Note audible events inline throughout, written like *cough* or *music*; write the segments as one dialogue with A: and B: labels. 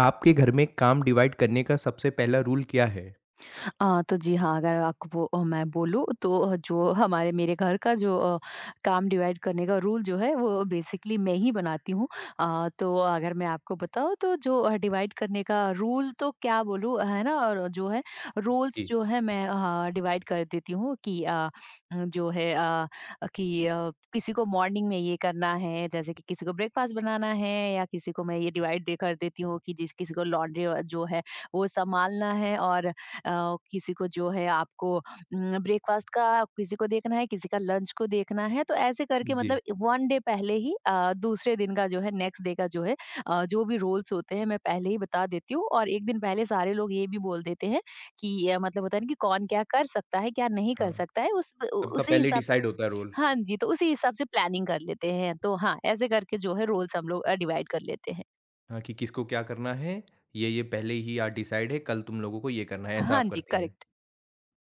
A: आपके घर में काम डिवाइड करने का सबसे पहला रूल क्या है?
B: तो जी हाँ, अगर आपको मैं बोलूँ तो जो हमारे मेरे घर का जो काम डिवाइड करने का रूल जो है वो बेसिकली मैं ही बनाती हूँ। तो अगर मैं आपको बताऊँ तो जो डिवाइड करने का रूल तो क्या बोलूँ, है ना? और जो है रोल्स
A: जी,
B: जो है मैं डिवाइड कर देती हूँ कि जो है कि किसी को मॉर्निंग में ये करना है, जैसे कि किसी को ब्रेकफ़ास्ट बनाना है या किसी को मैं ये डिवाइड दे कर देती हूँ कि जिस किसी को लॉन्ड्री जो है वो सँभालना है और किसी को जो है आपको ब्रेकफ़ास्ट का किसी को देखना है, किसी का लंच को देखना है, तो ऐसे करके
A: जी।
B: मतलब 1 डे पहले ही दूसरे दिन का जो है नेक्स्ट डे का जो है जो भी रोल्स होते हैं मैं पहले ही बता देती हूँ और 1 दिन पहले सारे लोग ये भी बोल देते हैं कि मतलब होता है ना कि कौन क्या कर सकता है, क्या नहीं कर
A: हाँ,
B: सकता है उस उ
A: सबका
B: उसी
A: पहले
B: हिसाब।
A: डिसाइड होता है रोल।
B: हाँ जी, तो उसी हिसाब से प्लानिंग कर लेते हैं। तो हाँ, ऐसे करके जो है रोल्स हम लोग डिवाइड कर लेते हैं।
A: हाँ, कि किसको क्या करना है, ये-ये पहले ही आज डिसाइड है, कल तुम लोगों को ये करना है, ऐसा
B: हाँ
A: आप
B: जी,
A: करती हैं।
B: करेक्ट।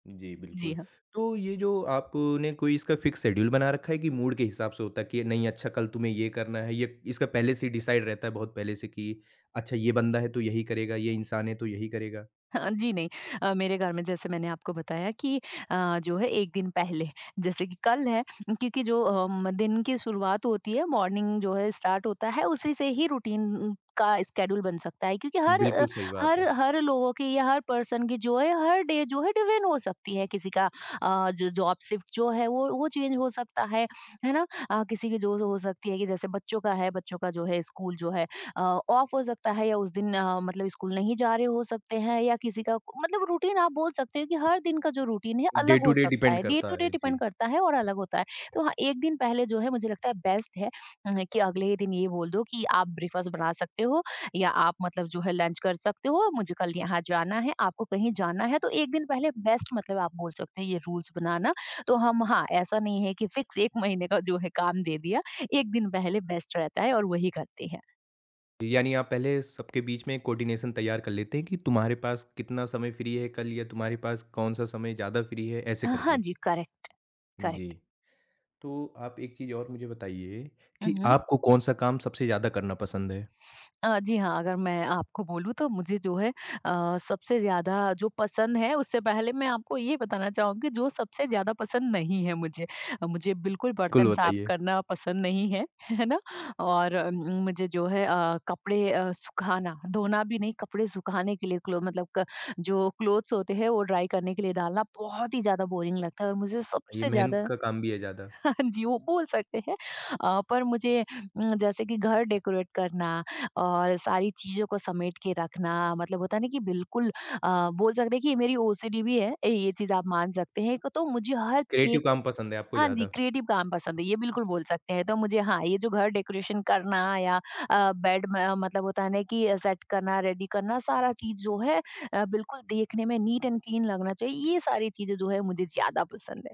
A: जी, बिल्कुल।
B: जी हाँ।
A: तो ये जो आपने कोई इसका फ़िक्स शेड्यूल बना रखा है कि मूड के हिसाब से होता है कि नहीं अच्छा कल तुम्हें ये करना है, ये इसका पहले से ही डिसाइड रहता है बहुत पहले से कि अच्छा ये बंदा है तो यही करेगा, ये इंसान है तो यही करेगा।
B: हाँ, जी नहीं। मेरे घर में जैसे मैंने आपको बताया कि जो है 1 दिन पहले जैसे कि कल है। क्योंकि जो दिन की शुरुआत होती है, मॉर्निंग जो है स्टार्ट होता है, उसी से ही रूटीन का स्केड्यूल बन सकता है, क्योंकि हर अ,
A: बिल्कुल सही बात
B: हर
A: है।
B: हर लोगों की या हर पर्सन की जो है हर डे जो है डिफरेंट हो सकती है किसी का। जो जॉब शिफ्ट जो है वो चेंज हो सकता है ना? किसी की जो हो सकती है कि जैसे बच्चों का है, बच्चों का जो है स्कूल जो है ऑफ हो सकता है या उस दिन मतलब स्कूल नहीं जा रहे हो सकते हैं, या किसी का मतलब रूटीन आप बोल सकते हो कि हर दिन का जो रूटीन है
A: डे
B: अलग
A: टू
B: हो
A: डे
B: सकता
A: डिपेंड
B: है। डे
A: करता
B: टू डे
A: है।
B: डिपेंड
A: जी।
B: करता है और अलग होता है। तो हाँ, 1 दिन पहले जो है मुझे लगता है बेस्ट है, कि अगले ही दिन ये बोल दो कि आप ब्रेकफ़ास्ट बना सकते हो या आप मतलब जो है लंच कर सकते हो, मुझे कल यहाँ जाना है, आपको कहीं जाना है, तो 1 दिन पहले बेस्ट मतलब आप बोल सकते हैं ये रूल्स बनाना। तो हम हाँ, ऐसा नहीं है कि फिक्स 1 महीने का जो है काम दे दिया, 1 दिन पहले बेस्ट रहता है और वही करते हैं।
A: यानी आप पहले सबके बीच में कोऑर्डिनेशन तैयार कर लेते हैं कि तुम्हारे पास कितना समय फ्री है कल या तुम्हारे पास कौन सा समय ज़्यादा फ्री है, ऐसे
B: हाँ
A: करके?
B: जी, करेक्ट,
A: जी।
B: करेक्ट।
A: तो आप एक चीज़ और मुझे बताइए कि
B: उहुँ।
A: आपको कौन-सा काम सबसे ज़्यादा करना पसंद है?
B: जी हाँ, अगर मैं आपको बोलूँ तो मुझे जो है सबसे ज़्यादा जो पसंद है उससे पहले मैं आपको ये बताना चाहूँगी जो सबसे ज़्यादा पसंद नहीं है मुझे। मुझे बिल्कुल
A: बिल्कुल
B: बर्तन साफ
A: बताइए।
B: करना पसंद नहीं है, *laughs* है ना? और मुझे जो है कपड़े सुखाना, धोना भी नहीं, कपड़े सुखाने के लिए क्लो मतलब क जो क्लोथ्स होते हैं वो ड्राई करने के लिए डालना बहुत ही ज़्यादा बोरिंग लगता है, और मुझे
A: ये
B: सबसे
A: मेहनत
B: ज़्यादा
A: का काम भी है ज़्यादा,
B: *laughs* जी, वो बोल सकते हैं। पर मुझे जैसे कि घर डेकोरेट करना और सारी चीज़ों को समेट के रखना, मतलब होता है ना कि बिल्कुल बोल सकते हैं कि ये मेरी ओसीडी भी है, ए ये चीज़ आप मान सकते हैं। तो मुझे हर
A: क्रिएटिव
B: एक,
A: काम पसंद है आपको
B: हाँ जी,
A: ज़्यादा।
B: क्रिएटिव काम पसंद है, ये बिल्कुल बोल सकते हैं। तो मुझे हाँ, ये जो घर डेकोरेशन करना या बेड में मतलब होता है ना कि सेट करना, रेडी करना, सारा चीज़ जो है बिल्कुल देखने में नीट एंड क्लीन लगना चाहिए, ये सारी चीज़ें जो है मुझे ज़्यादा पसंद है।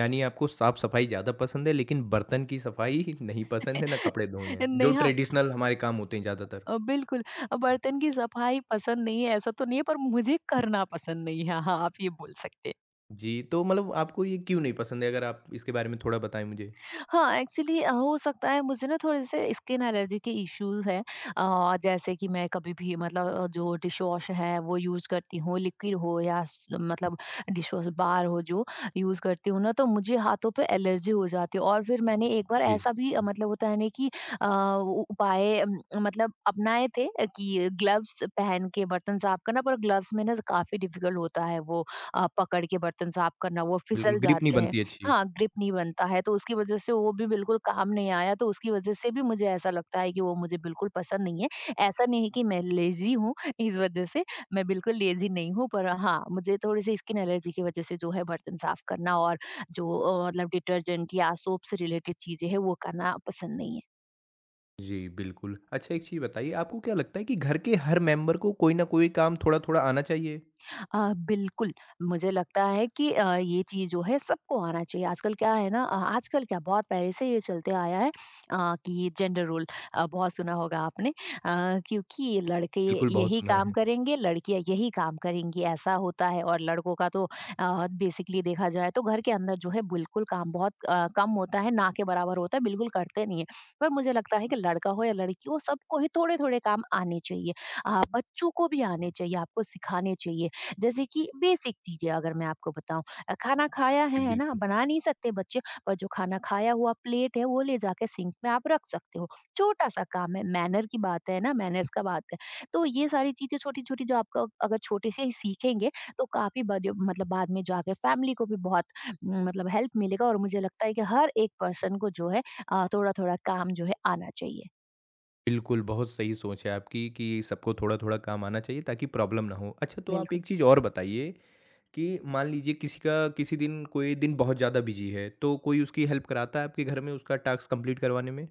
A: यानी आपको साफ-सफाई ज़्यादा पसंद है लेकिन बर्तन की सफाई *laughs* नहीं पसंद है, ना कपड़े धोने,
B: *laughs*
A: जो
B: नेहा।
A: ट्रेडिशनल हमारे काम होते हैं ज़्यादातर।
B: बिल्कुल। बर्तन की सफाई पसंद नहीं है ऐसा तो नहीं है, पर मुझे करना पसंद नहीं है। हाँ, आप ये बोल सकते हैं।
A: जी, तो मतलब आपको ये क्यों नहीं पसंद है? अगर आप इसके बारे में थोड़ा बताएँ मुझे?
B: हाँ, एक्चुअली हो सकता है मुझे ना थोड़े-से स्किन एलर्जी के इश्यूज़ हैं। जैसे कि मैं कभी भी मतलब जो डिशवॉश है वो यूज़ करती हूँ, लिक्विड हो या स मतलब डिशवॉश बार हो जो यूज़ करती हूँ ना, तो मुझे हाथों पे एलर्जी हो जाती है। और फिर मैंने एक बार
A: जी।
B: ऐसा भी मतलब होता है ना कि उ उपाय मतलब अपनाए थे, कि ग्लव्स पहन के बर्तन साफ करना, पर ग्लव्स में ना काफ़ी डिफ़िकल्ट होता है वो पकड़ के बर्तन साफ करना, वो
A: बिल्कुल,
B: फिसल
A: ग्रिप नहीं
B: जाते हैं।
A: बनती अच्छी।
B: हाँ, ग्रिप नहीं बनता है तो उसकी वज़ह से वो भी बिल्कुल काम नहीं आया, तो उसकी वज़ह से भी मुझे ऐसा लगता है कि वो मुझे बिल्कुल पसंद नहीं है। ऐसा नहीं है कि मैं लेज़ी हूँ *laughs* इस वज़ह से, मैं बिल्कुल लेज़ी नहीं हूँ, पर हाँ, मुझे थोड़ी-सी स्किन एलर्जी की वज़ह से जो है बर्तन साफ़ करना और जो मतलब डिटर्जेंट या सोप से रिलेटेड चीज़ें हैं वो करना पसंद नहीं है।
A: जी, बिल्कुल। अच्छा एक चीज़ बताइए, आपको क्या लगता है कि घर के हर मेंबर को कोई न कोई काम थोड़ा-थोड़ा आना चाहिए?
B: बिल्कुल, मुझे लगता है कि ये चीज़ जो है सबको आना चाहिए। आजकल क्या है ना, आजकल क्या बहुत पहले से ये चलते आया है, कि जेंडर रोल बहुत सुना होगा आपने, क्योंकि लड़के
A: बिल्कुल, बहुत
B: यही
A: सुना
B: काम
A: है।
B: करेंगे, लड़कियाँ यही काम करेंगी ऐसा होता है, और लड़कों का तो बेसिकली देखा जाए तो घर के अंदर जो है बिल्कुल काम बहुत कम होता है, ना के बराबर होता है, बिल्कुल करते नहीं हैं। पर मुझे लगता है कि लड़का हो या लड़की हो सबको ही थोड़े-थोड़े काम आने चाहिए। बच्चों को भी आने चाहिए, आपको सिखाने चाहिए। जैसे कि बेसिक चीज़ें अगर मैं आपको बताऊँ, खाना खाया
A: जी,
B: है ना?
A: बिल्कुल।
B: बना नहीं सकते बच्चे, पर जो खाना खाया हुआ प्लेट है वो ले जाके सिंक में आप रख सकते हो। छोटा-सा काम है, मैनर की बात है ना, मैनर्स का बात है। तो ये सारी चीज़ें छोटी-छोटी जो आपका अगर छोटे से ही सीखेंगे तो काफ़ी बद मतलब बाद में जाके फैमिली को भी बहुत म, मतलब हेल्प मिलेगा, और मुझे लगता है कि हर एक पर्सन को जो है थोड़ा-थोड़ा काम जो है आना चाहिए।
A: बिल्कुल, बहुत सही सोच है आपकी कि सबको थोड़ा-थोड़ा काम आना चाहिए ताकि प्रॉब्लम ना हो। अच्छा तो आप
B: बिल्कुल।
A: एक चीज़ और बताइए कि मान लीजिए किसी का किसी दिन कोई दिन बहुत ज़्यादा बिज़ी है, तो कोई उसकी हेल्प कराता है आपके घर में उसका टास्क कंप्लीट करवाने में?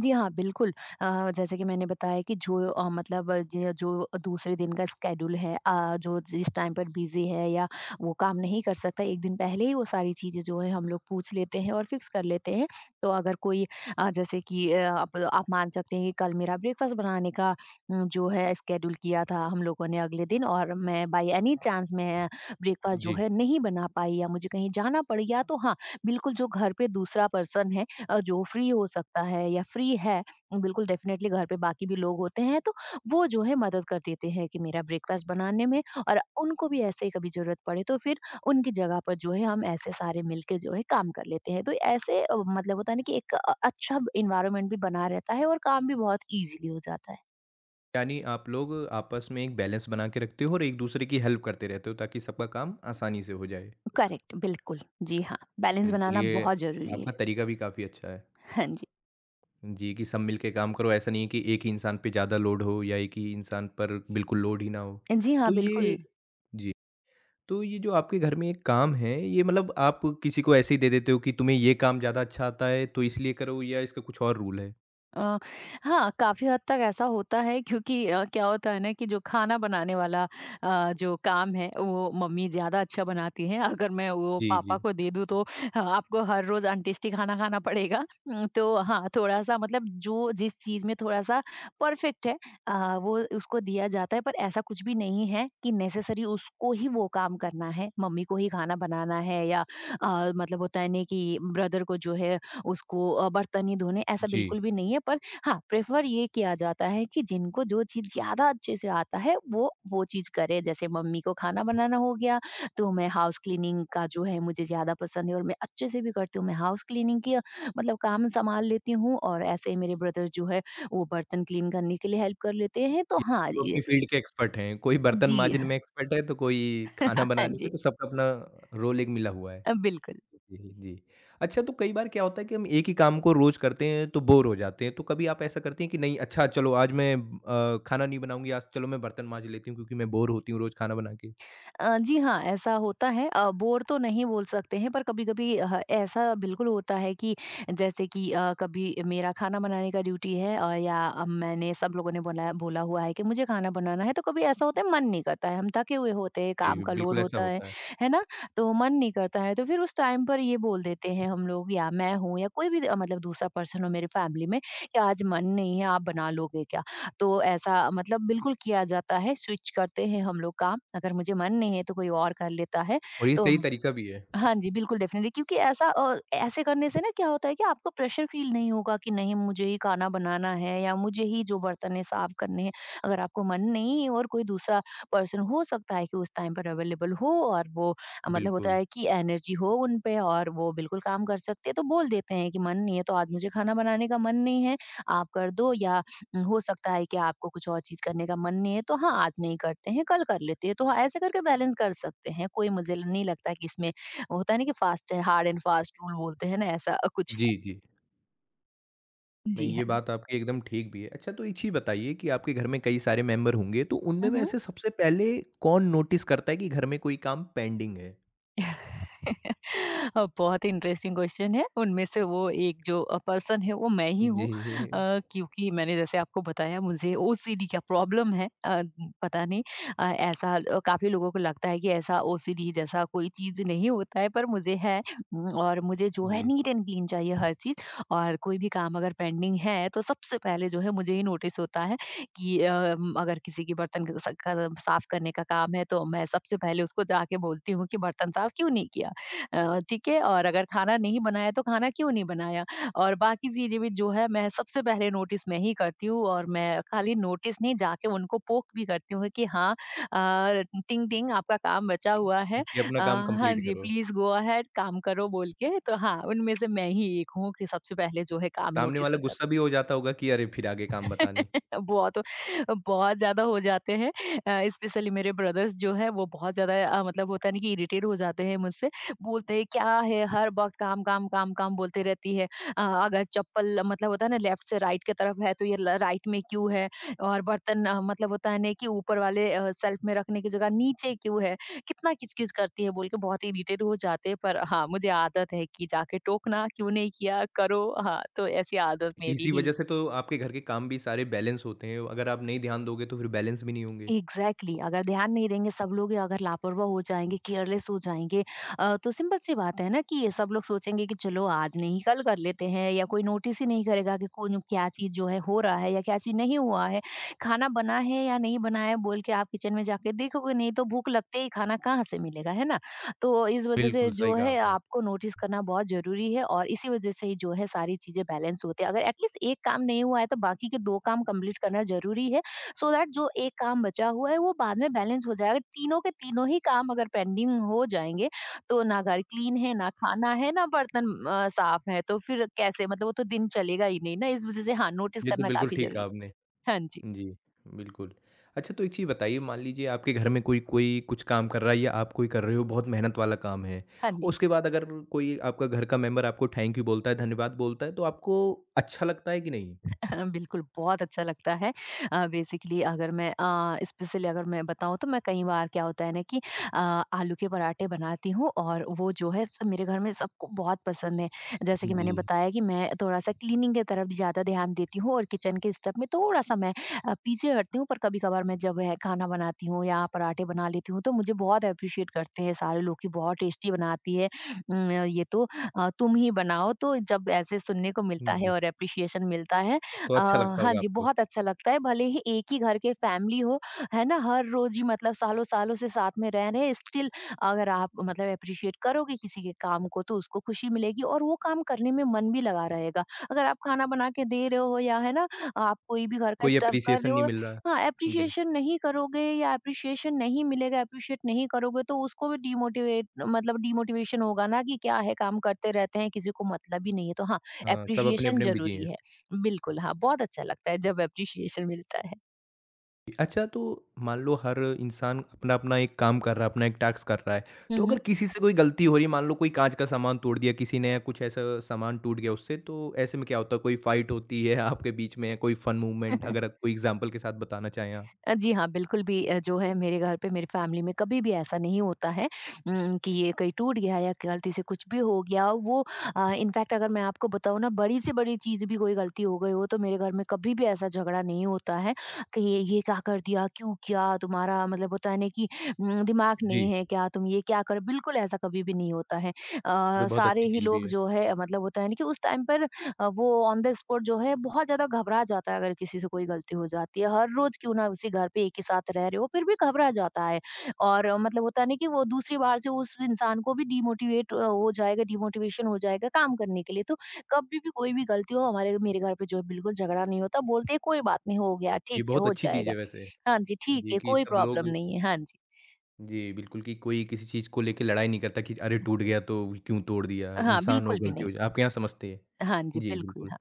B: जी हाँ, बिल्कुल। जैसे कि मैंने बताया कि जो मतलब ज जो दूसरे दिन का स्केड्यूल है, जो जिस टाइम पर बिज़ी है या वो काम नहीं कर सकता, एक दिन पहले ही वो सारी चीज़ें जो है हम लोग पूछ लेते हैं और फिक्स कर लेते हैं। तो अगर कोई जैसे कि आप मान सकते हैं कि कल मेरा ब्रेकफ़ास्ट बनाने का जो है स्केड्यूल किया था हम लोगों ने अगले दिन, और मैं बाय एनी चांस मैं ब्रेकफ़ास्ट जो
A: जी।
B: है नहीं बना पाई या मुझे कहीं जाना पड़ गया, तो हाँ, बिल्कुल जो घर पे दूसरा पर्सन है, जो फ्री हो सकता है या फ्री है, बिल्कुल डेफिनेटली घर पे बाकी भी लोग होते हैं, तो वो जो है मदद कर देते हैं कि मेरा ब्रेकफास्ट बनाने में, और उनको भी ऐसे ही कभी जरूरत पड़े तो फिर उनकी जगह पर जो है हम ऐसे सारे मिलके जो है काम कर लेते हैं, तो ऐसे मतलब होता है ना कि एक अच्छा इन्वायरमेंट भी बना रहता है और काम भी बहुत इजीली हो जाता है।
A: यानी आप लोग आपस में एक बैलेंस बना के रखते हो और एक-दूसरे की हेल्प करते रहते हो ताकि सबका काम आसानी से हो जाए।
B: करेक्ट, बिल्कुल। जी हाँ, बैलेंस
A: बिल्कुल,
B: बनाना
A: ये
B: बहुत जरूरी है।
A: आपका तरीका भी काफ़ी अच्छा है।
B: हाँ जी।
A: जी, कि सब मिल के काम करो, ऐसा नहीं है कि एक ही इंसान पे ज़्यादा लोड हो या एक ही इंसान पर बिल्कुल लोड ही ना हो।
B: जी हाँ,
A: तो ये
B: बिल्कुल।
A: जी, तो ये जो आपके घर में एक काम है, ये मतलब आप किसी को ऐसे ही दे देते हो कि तुम्हें ये काम ज़्यादा अच्छा आता है, तो इसलिए करो या इसका कुछ और रूल है?
B: अ, हाँ, काफ़ी हद तक ऐसा होता है, क्योंकि क्या होता है ना कि जो खाना बनाने वाला जो काम है वो मम्मी ज़्यादा अच्छा बनाती हैं। अगर मैं वो
A: जी,
B: पापा
A: जी।
B: को दे दूँ तो ह आपको हर रोज़ अनटेस्टी खाना खाना पड़ेगा। तो हाँ, थोड़ा-सा मतलब जो जिस चीज़ में थोड़ा-सा परफेक्ट है वो उसको दिया जाता है, पर ऐसा कुछ भी नहीं है कि नेसेसरी उसको ही वो काम करना है, मम्मी को ही खाना बनाना है, या मतलब होता है ना कि ब्रदर को जो है उसको बर्तन ही धोने ऐसा
A: जी,
B: बिल्कुल भी नहीं है, पर हाँ प्रेफर ये किया जाता है कि जिनको जो चीज़ ज़्यादा अच्छे से आता है वो चीज़ करे, जैसे मम्मी को खाना बनाना हो गया, तो मैं हाउस क्लीनिंग का जो है मुझे ज़्यादा पसंद है और मैं अच्छे से भी करती हूँ, मैं हाउस क्लीनिंग की मतलब काम संभाल लेती हूँ, और ऐसे ही मेरे ब्रदर जो है वो बर्तन क्लीन करने के लिए हेल्प कर लेते हैं, तो
A: यानी
B: हाँ
A: सब अपनी
B: ये-।
A: फ़ील्ड के एक्सपर्ट हैं, कोई बर्तन
B: जी।
A: माँजने में एक्सपर्ट है, तो कोई खाना
B: *laughs* हाँ
A: बनाने में,
B: जी।
A: तो सबका अपना रोल एक मिला हुआ है।
B: बिल्कुल।
A: जी, जी। अच्छा तो कई बार क्या होता है कि हम एक ही काम को रोज़ करते हैं तो बोर हो जाते हैं। तो कभी आप ऐसा करती हैं कि नहीं अच्छा चलो आज मैं खाना नहीं बनाऊँगी, आज चलो मैं बर्तन माँज लेती हूँ क्योंकि मैं बोर होती हूँ रोज़ खाना बना के?
B: जी हाँ, ऐसा होता है। बोर तो नहीं बोल सकते हैं पर कभी-कभी ऐसा बिल्कुल होता है कि जैसे कि कभी मेरा खाना बनाने का ड्यूटी है, या मैंने सब लोगों ने बोला बोला हुआ है कि मुझे खाना बनाना है, तो कभी ऐसा होता है मन नहीं करता है, हम थके हुए होते हैं, काम
A: जी,
B: का
A: बिल्कुल
B: लोड
A: ऐसा
B: होता
A: होता है।
B: है ना? तो मन नहीं करता है तो फिर उस टाइम पर ये बोल देते हैं हम लोग या मैं हूँ या कोई भी मतलब दूसरा पर्सन हो मेरी फैमिली में कि आज मन नहीं है, आप बना लोगे क्या? तो ऐसा मतलब बिल्कुल किया जाता है, स्विच करते हैं हम लोग काम। अगर मुझे मन नहीं है तो कोई और कर लेता है।
A: और ये
B: तो
A: सही तरीका भी है।
B: हाँ जी, बिल्कुल डेफ़िनिटली क्योंकि ऐसे करने से ना क्या होता है कि आपको प्रेशर फ़ील नहीं होगा कि नहीं मुझे ही खाना बनाना है या मुझे ही जो बर्तन है साफ़ करने हैं। अगर आपको मन नहीं है और कोई दूसरा पर्सन हो सकता है कि उस टाइम पर अवेलेबल हो और वो मतलब होता
A: बिल्कुल।
B: है कि एनर्जी हो उन पे और वो बिल्कुल काम कर सकते हैं, तो बोल देते हैं कि मन नहीं है तो आज मुझे खाना बनाने का मन नहीं है, आप कर दो या हो सकता है कि आपको कुछ और चीज़ करने का मन नहीं है तो हाँ, आज नहीं करते हैं, कल कर लेते हैं। तो हाँ, ऐसे करके बैलेंस कर सकते हैं, कोई मुझे नहीं लगता कि इसमें होता है ना कि fast hard and fast rule बोलते हैं ना ऐसा कुछ है।
A: जी, जी।
B: जी
A: नहीं ये
B: हाँ।
A: बात आपकी एकदम ठीक भी है। अच्छा तो एक चीज़ बताइए कि आपके घर में कई सारे मेंबर होंगे तो उनमें
B: हुँ,
A: में
B: हुँ।
A: ऐसे सबसे पहले कौन नोटिस करता है कि घर में कोई काम पेंडिंग है?
B: *laughs* बहुत ही इंटरेस्टिंग क्वेश्चन है। उनमें से वो एक जो पर्सन है वो मैं ही
A: जी,
B: हूँ,
A: *laughs* जी।
B: क्योंकि मैंने जैसे आपको बताया मुझे ओसीडी क्या प्रॉब्लम है, पता नहीं, काफ़ी लोगों को लगता है कि ऐसा ओसीडी जैसा कोई चीज़ नहीं होता है पर मुझे है। और मुझे जो है
A: जी,
B: नीट एंड क्लीन चाहिए हर चीज़, और कोई भी काम अगर पेंडिंग है तो सबसे पहले जो है मुझे ही नोटिस होता है कि अ, म अगर किसी के बर्तन क स क साफ़ करने का काम है तो मैं सबसे पहले उसको जाके बोलती हूँ कि बर्तन साफ़ क्यों नहीं किया? ठीक है, और अगर खाना नहीं बनाया तो खाना क्यों नहीं बनाया, और बाकी चीज़ें भी जो है मैं सबसे पहले नोटिस मैं ही करती हूँ। और मैं खाली नोटिस नहीं जाके उनको पोक भी करती हूँ कि हाँ, टिंग टिंग आपका काम बचा हुआ है।
A: कि अपना काम
B: हाँ
A: कंप्लीट
B: जी,
A: करो।
B: प्लीज गो अहेड काम करो बोल के, तो हाँ उनमें से मैं ही एक हूँ कि सबसे पहले जो है काम
A: सामने
B: नोटिस
A: वाला
B: हो जाता
A: गुस्सा
B: है।
A: भी हो जाता होगा कि अरे फिर आगे काम बताने।
B: *laughs* बहुत बहुत ज़्यादा हो जाते हैं, स्पेशली मेरे ब्रदर्स जो है वो बहुत ज़्यादा, मतलब होता है ना कि इरिटेट हो जाते हैं मुझसे। बोलते हैं क्या है हर वक्त काम काम काम काम बोलते रहती है। अगर चप्पल मतलब होता है ना लेफ्ट से राइट की तरफ है तो ये राइट में क्यों है, और बर्तन मतलब होता है ना कि ऊपर वाले सेल्फ में रखने की जगह नीचे क्यों है, कितना किचकिच करती है बोल के बहुत इरिटेट हो जाते हैं। पर हाँ, मुझे आदत है कि जाके टोकना क्यों नहीं किया करो, हाँ तो ऐसी आदत मेरी
A: इसी
B: ही है।
A: वजह से तो आपके घर के काम भी सारे बैलेंस होते हैं, अगर आप नहीं ध्यान दोगे तो फिर बैलेंस भी नहीं होंगे।
B: Exactly exactly। अगर ध्यान नहीं देंगे सब लोग या अगर लापरवाह हो जाएंगे केयरलेस हो जाएंगे, तो सिंपल सी बात है ना कि ये सब लोग सोचेंगे कि चलो आज नहीं कल कर लेते हैं, या कोई नोटिस ही नहीं करेगा कि कौन क्या चीज़ जो है हो रहा है या क्या चीज़ नहीं हुआ है, खाना बना है या नहीं बना है बोल के। आप किचन में जाके देखोगे नहीं तो भूख लगते ही खाना कहाँ से मिलेगा, है ना? तो इस वजह से
A: बिल्कुल, सही
B: जो
A: कहा
B: है
A: आपने।
B: आपको नोटिस करना बहुत ज़रूरी है, और इसी वजह से ही जो है सारी चीज़ें बैलेंस होती है। अगर एटलीस्ट एक काम नहीं हुआ है तो बाकी के दो काम कंप्लीट करना ज़रूरी है, so दैट जो एक काम बचा हुआ है वो बाद में बैलेंस हो जाएगा। तीनों के तीनों ही काम अगर पेंडिंग हो जाएँगे तो ना घर क्लीन है, ना खाना है, ना बर्तन साफ है, तो फिर कैसे मतलब वो तो दिन चलेगा ही नहीं ना। इस वज़ह से हाँ, नोटिस
A: ये तो
B: करना
A: बिल्कुल
B: काफ़ी
A: ठीक कहा
B: ज़रूरी
A: आपने।
B: है। हाँ जी,
A: जी, बिल्कुल। अच्छा तो एक चीज़ बताइए मान लीजिए आपके घर में कोई कोई कुछ काम कर रहा है या आप कोई कर रहे हो बहुत मेहनत वाला काम है।
B: हाँ
A: और
B: जी।
A: उसके बाद अगर कोई आपका घर का मेंबर आपको थैंक यू बोलता है, धन्यवाद बोलता है तो आपको अच्छा लगता है कि नहीं?
B: *laughs* बिल्कुल, बहुत अच्छा लगता है। अ, बेसिकली अगर मैं अ, स्पेशली अगर मैं बताऊँ, तो मैं कई बार क्या होता है ना कि आलू के पराठे बनाती हूँ, और वो जो है स मेरे घर में सबको बहुत पसंद है। जैसे कि मैंने
A: जी,
B: बताया कि मैं थोड़ा-सा क्लीनिंग की तरफ ज़्यादा ध्यान देती हूँ और किचन के स्टेप में थोड़ा-सा मैं पीछे हटती हूँ, पर कभी-कभार मैं जब है खाना बनाती हूँ या पराठे बना लेती हूँ तो मुझे बहुत एप्रिशिएट करते हैं सारे लोग कि बहुत टेस्टी बनाती है। ये तो तुम ही बनाओ, तो जब ऐसे सुनने को मिलता है
A: जी।
B: और एप्रिशिएशन मिलता है,
A: तो
B: अ,
A: अच्छा लगता
B: हाँ
A: होगा
B: जी,
A: आपको।
B: बहुत अच्छा लगता है। भले ही एक ही घर के फैमिली हो, है ना? हर रोज़ ही मतलब सालों-सालों से साथ में रह रहे हैं, स्टिल अगर आप मतलब एप्रिशिएट करोगे किसी के काम को, तो उसको खुशी मिलेगी और वो काम करने में मन भी लगा रहेगा। अगर आप खाना बना के दे रहे हो या है ना, आप कोई भी घर का
A: कोई
B: स्टफ़ कर
A: एप्रिसिएशन
B: रहे
A: नहीं
B: हो,
A: मिल रहा।
B: हाँ,
A: जी।
B: एप्रिशिएशन नहीं करोगे या एप्रिशिएशन नहीं मिलेगा, एप्रिशिएट नहीं करोगे, तो उसको भी डिमोटिवेट मतलब डिमोटिवेशन होगा ना कि क्या है, काम करते रहते हैं, किसी को मतलब ही नहीं है। तो हाँ,
A: हाँ, सब
B: एप्रिशिएशन
A: अपने-अपने में बिज़ी
B: ज़रूरी
A: हैं।
B: है। बिल्कुल, हाँ, बहुत अच्छा लगता है जब एप्रिसिएशन मिलता है।
A: अच्छा तो मान लो हर इंसान अपना-अपना एक काम कर रहा है, अपना एक टास्क कर रहा है।
B: हुँ,
A: तो अगर
B: हुँ।
A: किसी से कोई गलती हो रही है, मान लो कोई काँच का सामान तोड़ दिया किसी ने या कुछ ऐसा सामान टूट गया उससे, तो ऐसे में क्या होता है? कोई फ़ाइट होती है आपके बीच में या कोई फ़न मूवमेंट अगर
B: *laughs*
A: कोई एग्ज़ाम्पल के साथ बताना चाहें आप?
B: जी हाँ, बिल्कुल भी, जो है मेरे घर पे मेरी फैमिली में कभी भी ऐसा नहीं होता है कि ये कहीं टूट गया या गलती से कुछ भी हो गया वो, इनफैक्ट अगर मैं आपको बताऊँ ना बड़ी से बड़ी चीज़ भी कोई गलती हो गई हो तो मेरे घर में कभी भी ऐसा झगड़ा नहीं होता है कि ये क्या कर दिया? क्यों किया? तुम्हारा मतलब होता है ना कि दिमाग
A: जी,
B: नहीं है क्या? तुम ये क्या कर, बिल्कुल ऐसा कभी भी नहीं होता है।
A: तो बहुत
B: सारे
A: अच्छी
B: ही
A: चीज़ भी
B: लोग
A: है।
B: जो है मतलब होता है ना कि उस टाइम पर वो ऑन द स्पॉट जो है बहुत ज़्यादा घबरा जाता है अगर किसी से कोई गलती हो जाती है। हर रोज़ क्यों ना उसी घर पे एक ही साथ रह रहे हो फिर भी घबरा जाता है, और मतलब होता है ना कि वो दूसरी बार से उस इंसान को भी डिमोटिवेट हो जाएगा, डिमोटिवेशन हो जाएगा काम करने के लिए। तो कभी भी कोई भी गलती हो हमारे मेरे घर पे जो है बिल्कुल झगड़ा नहीं होता, बोलते हैं कोई बात नहीं हो गया,
A: ये
B: ठीक है
A: बहुत
B: हो
A: अच्छी चीज़
B: जाएगा।
A: है वैसे।
B: हाँ जी, ठीक
A: जी,
B: है
A: कि
B: कोई
A: सब लोग
B: प्रॉब्लम नहीं है। हाँ जी।
A: जी, बिल्कुल कि कोई किसी चीज़ को लेके लड़ाई नहीं करता कि अरे! टूट गया तो क्यों तोड़ दिया?
B: हाँ,
A: इंसान हो,
B: बिल्कुल भी
A: गलती
B: नहीं।
A: हो जाए। आपके यहाँ समझते हैं।
B: हाँ जी,
A: जी,
B: बिल्कुल
A: बिल्कुल।
B: हाँ।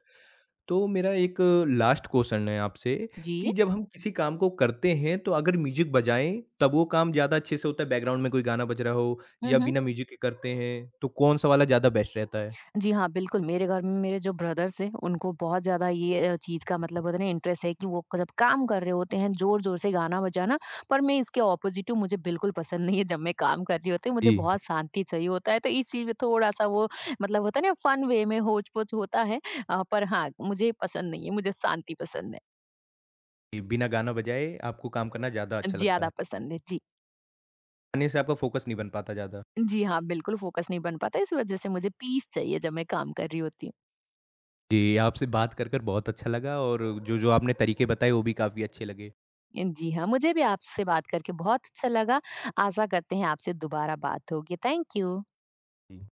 A: तो मेरा एक लास्ट क्वेश्चन है आपसे
B: जी।
A: कि जब हम किसी काम को करते हैं तो अगर म्यूजिक बजाएं तब वो काम ज़्यादा अच्छे से होता है बैकग्राउंड में कोई गाना बज रहा हो
B: हुँ,
A: या
B: हुँ।
A: बिना म्यूजिक के करते हैं तो कौन सा वाला ज़्यादा बेस्ट रहता है?
B: जी हाँ, बिल्कुल, मेरे घर में मेरे जो ब्रदर्स हैं, उनको बहुत ज़्यादा ये चीज़ का मतलब होता है ना इंटरेस्ट है कि वो क जब काम कर रहे होते हैं, ज़ोर-ज़ोर से गाना बजाना, पर मैं इसके ऑपोज़िट हूँ, मुझे बिल्कुल पसंद नहीं है जब मैं काम कर रही होती हूँ, मुझे
A: जी,
B: बहुत शांति चाहिए होता है, तो इस चीज़ में थोड़ा-सा वो मतलब होता है ना फन वे में होच-पोच होता है। पर हाँ, मुझे पसंद नहीं है, मुझे शांति पसंद है,
A: कि बिना गाना बजाए आपको काम करना ज़्यादा अच्छा लगता
B: ज़्यादा
A: है।
B: पसंद है। जी।
A: गाने से आपका फोकस नहीं बन पाता ज़्यादा।
B: जी हाँ, बिल्कुल फ़ोकस नहीं बन पाता, इस वज़ह से मुझे पीस चाहिए जब मैं काम कर रही होती हूँ।
A: जी, आपसे बात कर बहुत अच्छा लगा और जो-जो आपने तरीके बताए वो भी काफ़ी अच्छे लगे।
B: जी हाँ, मुझे भी आपसे बात करके बहुत अच्छा लगा। आशा करते हैं आपसे दोबारा बात होगी। Thank you.
A: जी।